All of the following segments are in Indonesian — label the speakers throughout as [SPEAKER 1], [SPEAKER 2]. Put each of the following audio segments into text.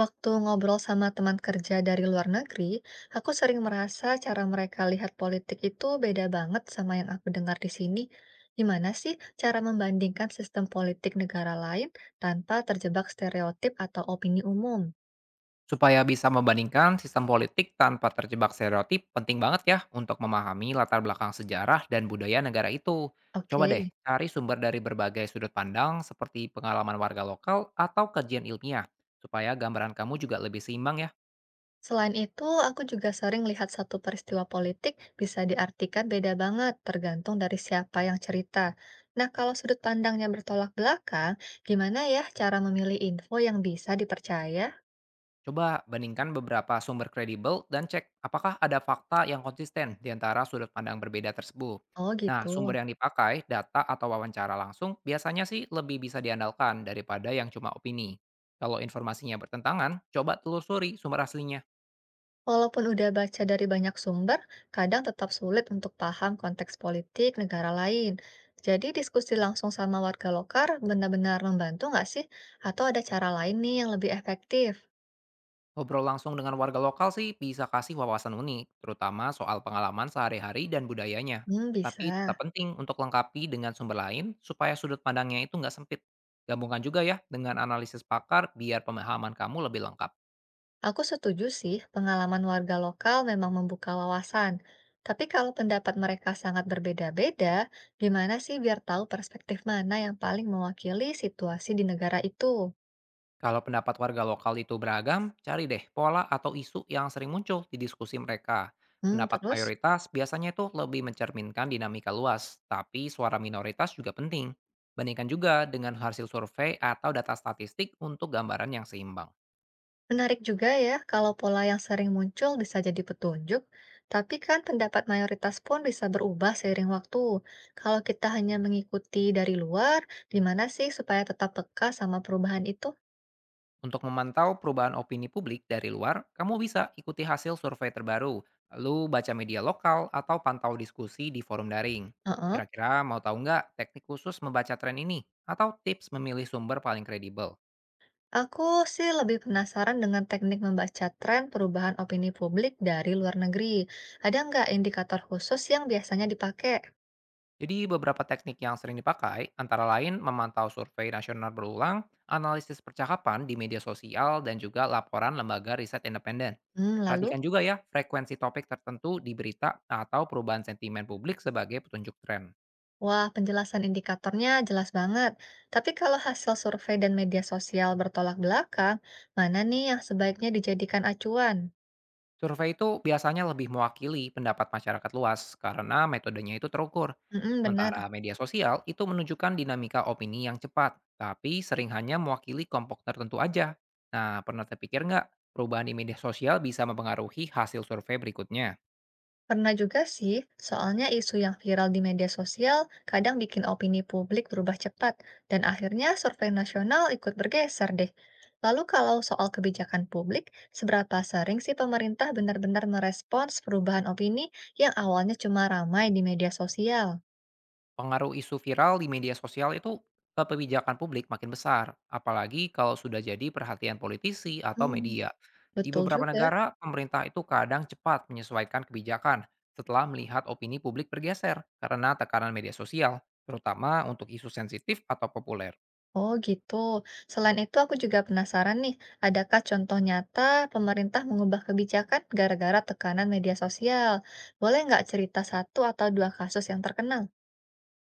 [SPEAKER 1] Waktu ngobrol sama teman kerja dari luar negeri, aku sering merasa cara mereka lihat politik itu beda banget sama yang aku dengar di sini. Gimana sih cara membandingkan sistem politik negara lain tanpa terjebak stereotip atau opini umum?
[SPEAKER 2] Supaya bisa membandingkan sistem politik tanpa terjebak stereotip, penting banget ya untuk memahami latar belakang sejarah dan budaya negara itu. Coba
[SPEAKER 1] Oke,
[SPEAKER 2] deh cari sumber dari berbagai sudut pandang seperti pengalaman warga lokal atau kajian ilmiah, supaya gambaran kamu juga lebih seimbang ya.
[SPEAKER 1] selain itu, aku juga sering lihat satu peristiwa politik bisa diartikan beda banget tergantung dari siapa yang cerita. Nah, kalau sudut pandangnya bertolak belakang, gimana ya cara memilih info yang bisa dipercaya?
[SPEAKER 2] Coba bandingkan beberapa sumber kredibel dan cek apakah ada fakta yang konsisten di antara sudut pandang berbeda tersebut.
[SPEAKER 1] Oh gitu.
[SPEAKER 2] Nah, sumber yang dipakai, data atau wawancara langsung, biasanya sih lebih bisa diandalkan daripada yang cuma opini. Kalau informasinya bertentangan, coba telusuri sumber aslinya.
[SPEAKER 1] Walaupun udah baca dari banyak sumber, kadang tetap sulit untuk paham konteks politik negara lain. Jadi diskusi langsung sama warga lokal benar-benar membantu nggak sih? Atau ada cara lain nih yang lebih efektif?
[SPEAKER 2] Ngobrol langsung dengan warga lokal sih bisa kasih wawasan unik, terutama soal pengalaman sehari-hari dan budayanya.
[SPEAKER 1] Hmm,
[SPEAKER 2] Tapi
[SPEAKER 1] bisa.
[SPEAKER 2] tetap penting untuk lengkapi dengan sumber lain supaya sudut pandangnya itu nggak sempit. Gabungkan juga ya dengan analisis pakar biar pemahaman kamu lebih lengkap.
[SPEAKER 1] Aku setuju sih, pengalaman warga lokal memang membuka wawasan. Tapi kalau pendapat mereka sangat berbeda-beda, gimana sih biar tahu perspektif mana yang paling mewakili situasi di negara itu?
[SPEAKER 2] Kalau pendapat warga lokal itu beragam, cari deh pola atau isu yang sering muncul di diskusi mereka.
[SPEAKER 1] Hmm,
[SPEAKER 2] Pendapat
[SPEAKER 1] terus?
[SPEAKER 2] mayoritas biasanya itu lebih mencerminkan dinamika luas, tapi suara minoritas juga penting. Bandingkan juga dengan hasil survei atau data statistik untuk gambaran yang seimbang.
[SPEAKER 1] Menarik juga ya, kalau pola yang sering muncul bisa jadi petunjuk, tapi kan pendapat mayoritas pun bisa berubah seiring waktu. Kalau kita hanya mengikuti dari luar, gimana sih supaya tetap peka sama perubahan itu?
[SPEAKER 2] Untuk memantau perubahan opini publik dari luar, kamu bisa ikuti hasil survei terbaru, lalu baca media lokal atau pantau diskusi di forum daring.
[SPEAKER 1] Heeh.
[SPEAKER 2] Kira-kira mau tahu nggak teknik khusus membaca tren ini? Atau tips memilih sumber paling kredibel?
[SPEAKER 1] Aku sih lebih penasaran dengan teknik membaca tren perubahan opini publik dari luar negeri. Ada nggak indikator khusus yang biasanya dipakai?
[SPEAKER 2] Jadi beberapa teknik yang sering dipakai antara lain memantau survei nasional berulang, analisis percakapan di media sosial, dan juga laporan lembaga riset independen.
[SPEAKER 1] Hmm, lalu?
[SPEAKER 2] Perhatikan juga ya frekuensi topik tertentu di berita atau perubahan sentimen publik sebagai petunjuk tren.
[SPEAKER 1] Wah, penjelasan indikatornya jelas banget. Tapi kalau hasil survei dan media sosial bertolak belakang, mana nih yang sebaiknya dijadikan acuan?
[SPEAKER 2] Survei itu biasanya lebih mewakili pendapat masyarakat luas karena metodenya itu terukur.
[SPEAKER 1] Mm, bener.
[SPEAKER 2] Sementara media sosial itu menunjukkan dinamika opini yang cepat, tapi sering hanya mewakili kelompok tertentu aja. Nah, pernah terpikir nggak perubahan di media sosial bisa mempengaruhi hasil survei berikutnya?
[SPEAKER 1] Pernah juga sih, soalnya isu yang viral di media sosial kadang bikin opini publik berubah cepat, dan akhirnya survei nasional ikut bergeser deh. Lalu kalau soal kebijakan publik, seberapa sering sih pemerintah benar-benar merespons perubahan opini yang awalnya cuma ramai di media sosial?
[SPEAKER 2] Pengaruh isu viral di media sosial itu ke kebijakan publik makin besar, apalagi kalau sudah jadi perhatian politisi atau
[SPEAKER 1] Hmm,
[SPEAKER 2] media. Di
[SPEAKER 1] betul
[SPEAKER 2] beberapa
[SPEAKER 1] juga.
[SPEAKER 2] negara, pemerintah itu kadang cepat menyesuaikan kebijakan setelah melihat opini publik bergeser karena tekanan media sosial, terutama untuk isu sensitif atau populer.
[SPEAKER 1] Oh gitu. Selain itu aku juga penasaran nih, adakah contoh nyata pemerintah mengubah kebijakan gara-gara tekanan media sosial? Boleh nggak cerita satu atau dua kasus yang terkenal?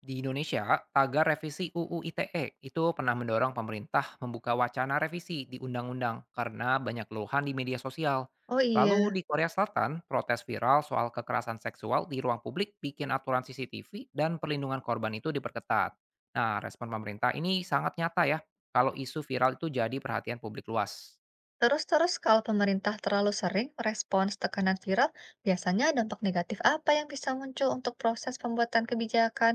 [SPEAKER 2] Di Indonesia, tagar revisi UU ITE itu pernah mendorong pemerintah membuka wacana revisi di undang-undang karena banyak keluhan di media sosial.
[SPEAKER 1] Oh iya,
[SPEAKER 2] Lalu di Korea Selatan, protes viral soal kekerasan seksual di ruang publik bikin aturan CCTV dan perlindungan korban itu diperketat. Nah, respon pemerintah ini sangat nyata ya kalau isu viral itu jadi perhatian publik luas.
[SPEAKER 1] terus-terus kalau pemerintah terlalu sering merespons tekanan viral, biasanya dampak negatif apa yang bisa muncul untuk proses pembuatan kebijakan?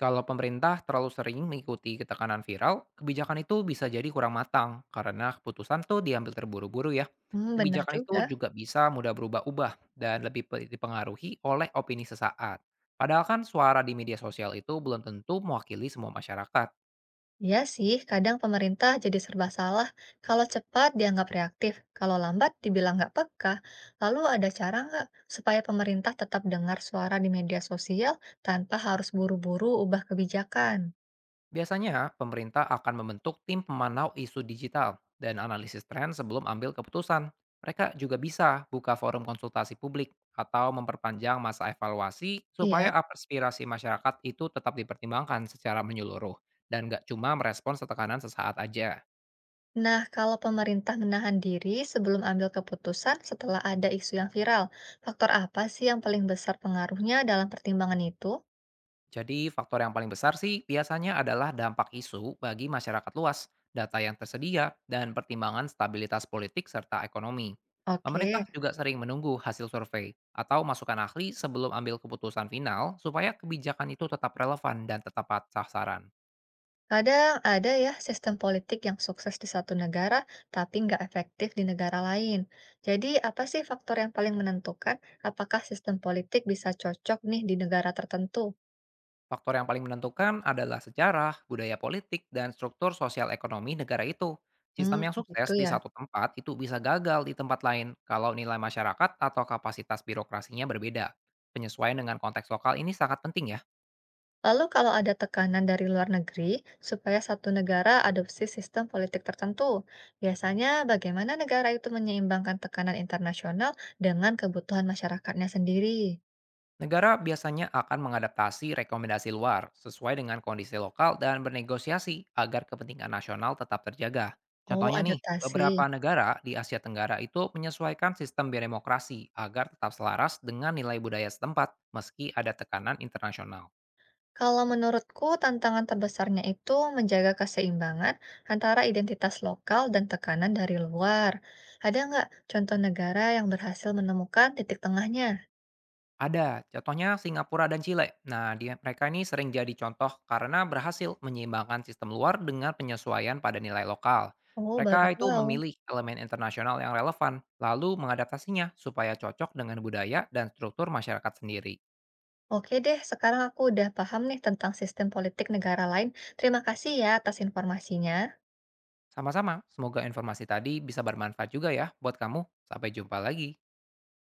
[SPEAKER 2] Kalau pemerintah terlalu sering mengikuti ketekanan viral, kebijakan itu bisa jadi kurang matang karena keputusan tuh diambil terburu-buru ya.
[SPEAKER 1] Hmm, bener
[SPEAKER 2] Kebijakan itu
[SPEAKER 1] juga.
[SPEAKER 2] juga bisa mudah berubah-ubah dan lebih dipengaruhi oleh opini sesaat. Padahal kan suara di media sosial itu belum tentu mewakili semua masyarakat.
[SPEAKER 1] Iya sih, kadang pemerintah jadi serba salah. Kalau cepat dianggap reaktif, kalau lambat dibilang nggak peka. Lalu ada cara nggak supaya pemerintah tetap dengar suara di media sosial tanpa harus buru-buru ubah kebijakan?
[SPEAKER 2] Biasanya, pemerintah akan membentuk tim pemanau isu digital dan analisis tren sebelum ambil keputusan. Mereka juga bisa buka forum konsultasi publik atau memperpanjang masa evaluasi
[SPEAKER 1] Iya.
[SPEAKER 2] supaya aspirasi masyarakat itu tetap dipertimbangkan secara menyeluruh dan nggak cuma merespons tekanan sesaat aja.
[SPEAKER 1] Nah, kalau pemerintah menahan diri sebelum ambil keputusan setelah ada isu yang viral, faktor apa sih yang paling besar pengaruhnya dalam pertimbangan itu?
[SPEAKER 2] Jadi faktor yang paling besar sih biasanya adalah dampak isu bagi masyarakat luas, data yang tersedia, dan pertimbangan stabilitas politik serta ekonomi.
[SPEAKER 1] Oke.
[SPEAKER 2] Pemerintah juga sering menunggu hasil survei atau masukan ahli sebelum ambil keputusan final supaya kebijakan itu tetap relevan dan tepat sasaran.
[SPEAKER 1] Kadang ada ya sistem politik yang sukses di satu negara, tapi nggak efektif di negara lain. Jadi, apa sih faktor yang paling menentukan apakah sistem politik bisa cocok nih di negara tertentu?
[SPEAKER 2] Faktor yang paling menentukan adalah sejarah, budaya politik, dan struktur sosial ekonomi negara itu.
[SPEAKER 1] Hmm,
[SPEAKER 2] Sistem yang
[SPEAKER 1] gitu
[SPEAKER 2] sukses di
[SPEAKER 1] ya.
[SPEAKER 2] satu tempat itu bisa gagal di tempat lain kalau nilai masyarakat atau kapasitas birokrasinya berbeda. Penyesuaian dengan konteks lokal ini sangat penting ya.
[SPEAKER 1] Lalu kalau ada tekanan dari luar negeri supaya satu negara adopsi sistem politik tertentu, biasanya bagaimana negara itu menyeimbangkan tekanan internasional dengan kebutuhan masyarakatnya sendiri?
[SPEAKER 2] Negara biasanya akan mengadaptasi rekomendasi luar sesuai dengan kondisi lokal dan bernegosiasi agar kepentingan nasional tetap terjaga.
[SPEAKER 1] Oh,
[SPEAKER 2] Contohnya nih, beberapa
[SPEAKER 1] adaptasi.
[SPEAKER 2] negara di Asia Tenggara itu menyesuaikan sistem birokrasi agar tetap selaras dengan nilai budaya setempat meski ada tekanan internasional.
[SPEAKER 1] Kalau menurutku, tantangan terbesarnya itu menjaga keseimbangan antara identitas lokal dan tekanan dari luar. Ada nggak contoh negara yang berhasil menemukan titik tengahnya?
[SPEAKER 2] Ada, contohnya Singapura dan Chile. Nah, mereka ini sering jadi contoh karena berhasil menyeimbangkan sistem luar dengan penyesuaian pada nilai lokal.
[SPEAKER 1] Oh,
[SPEAKER 2] Mereka
[SPEAKER 1] baru
[SPEAKER 2] itu
[SPEAKER 1] tahu.
[SPEAKER 2] memilih elemen internasional yang relevan, lalu mengadaptasinya supaya cocok dengan budaya dan struktur masyarakat sendiri.
[SPEAKER 1] Oke deh, sekarang aku udah paham nih tentang sistem politik negara lain. Terima kasih ya atas informasinya.
[SPEAKER 2] Sama-sama, semoga informasi tadi bisa bermanfaat juga ya buat kamu. Sampai jumpa lagi.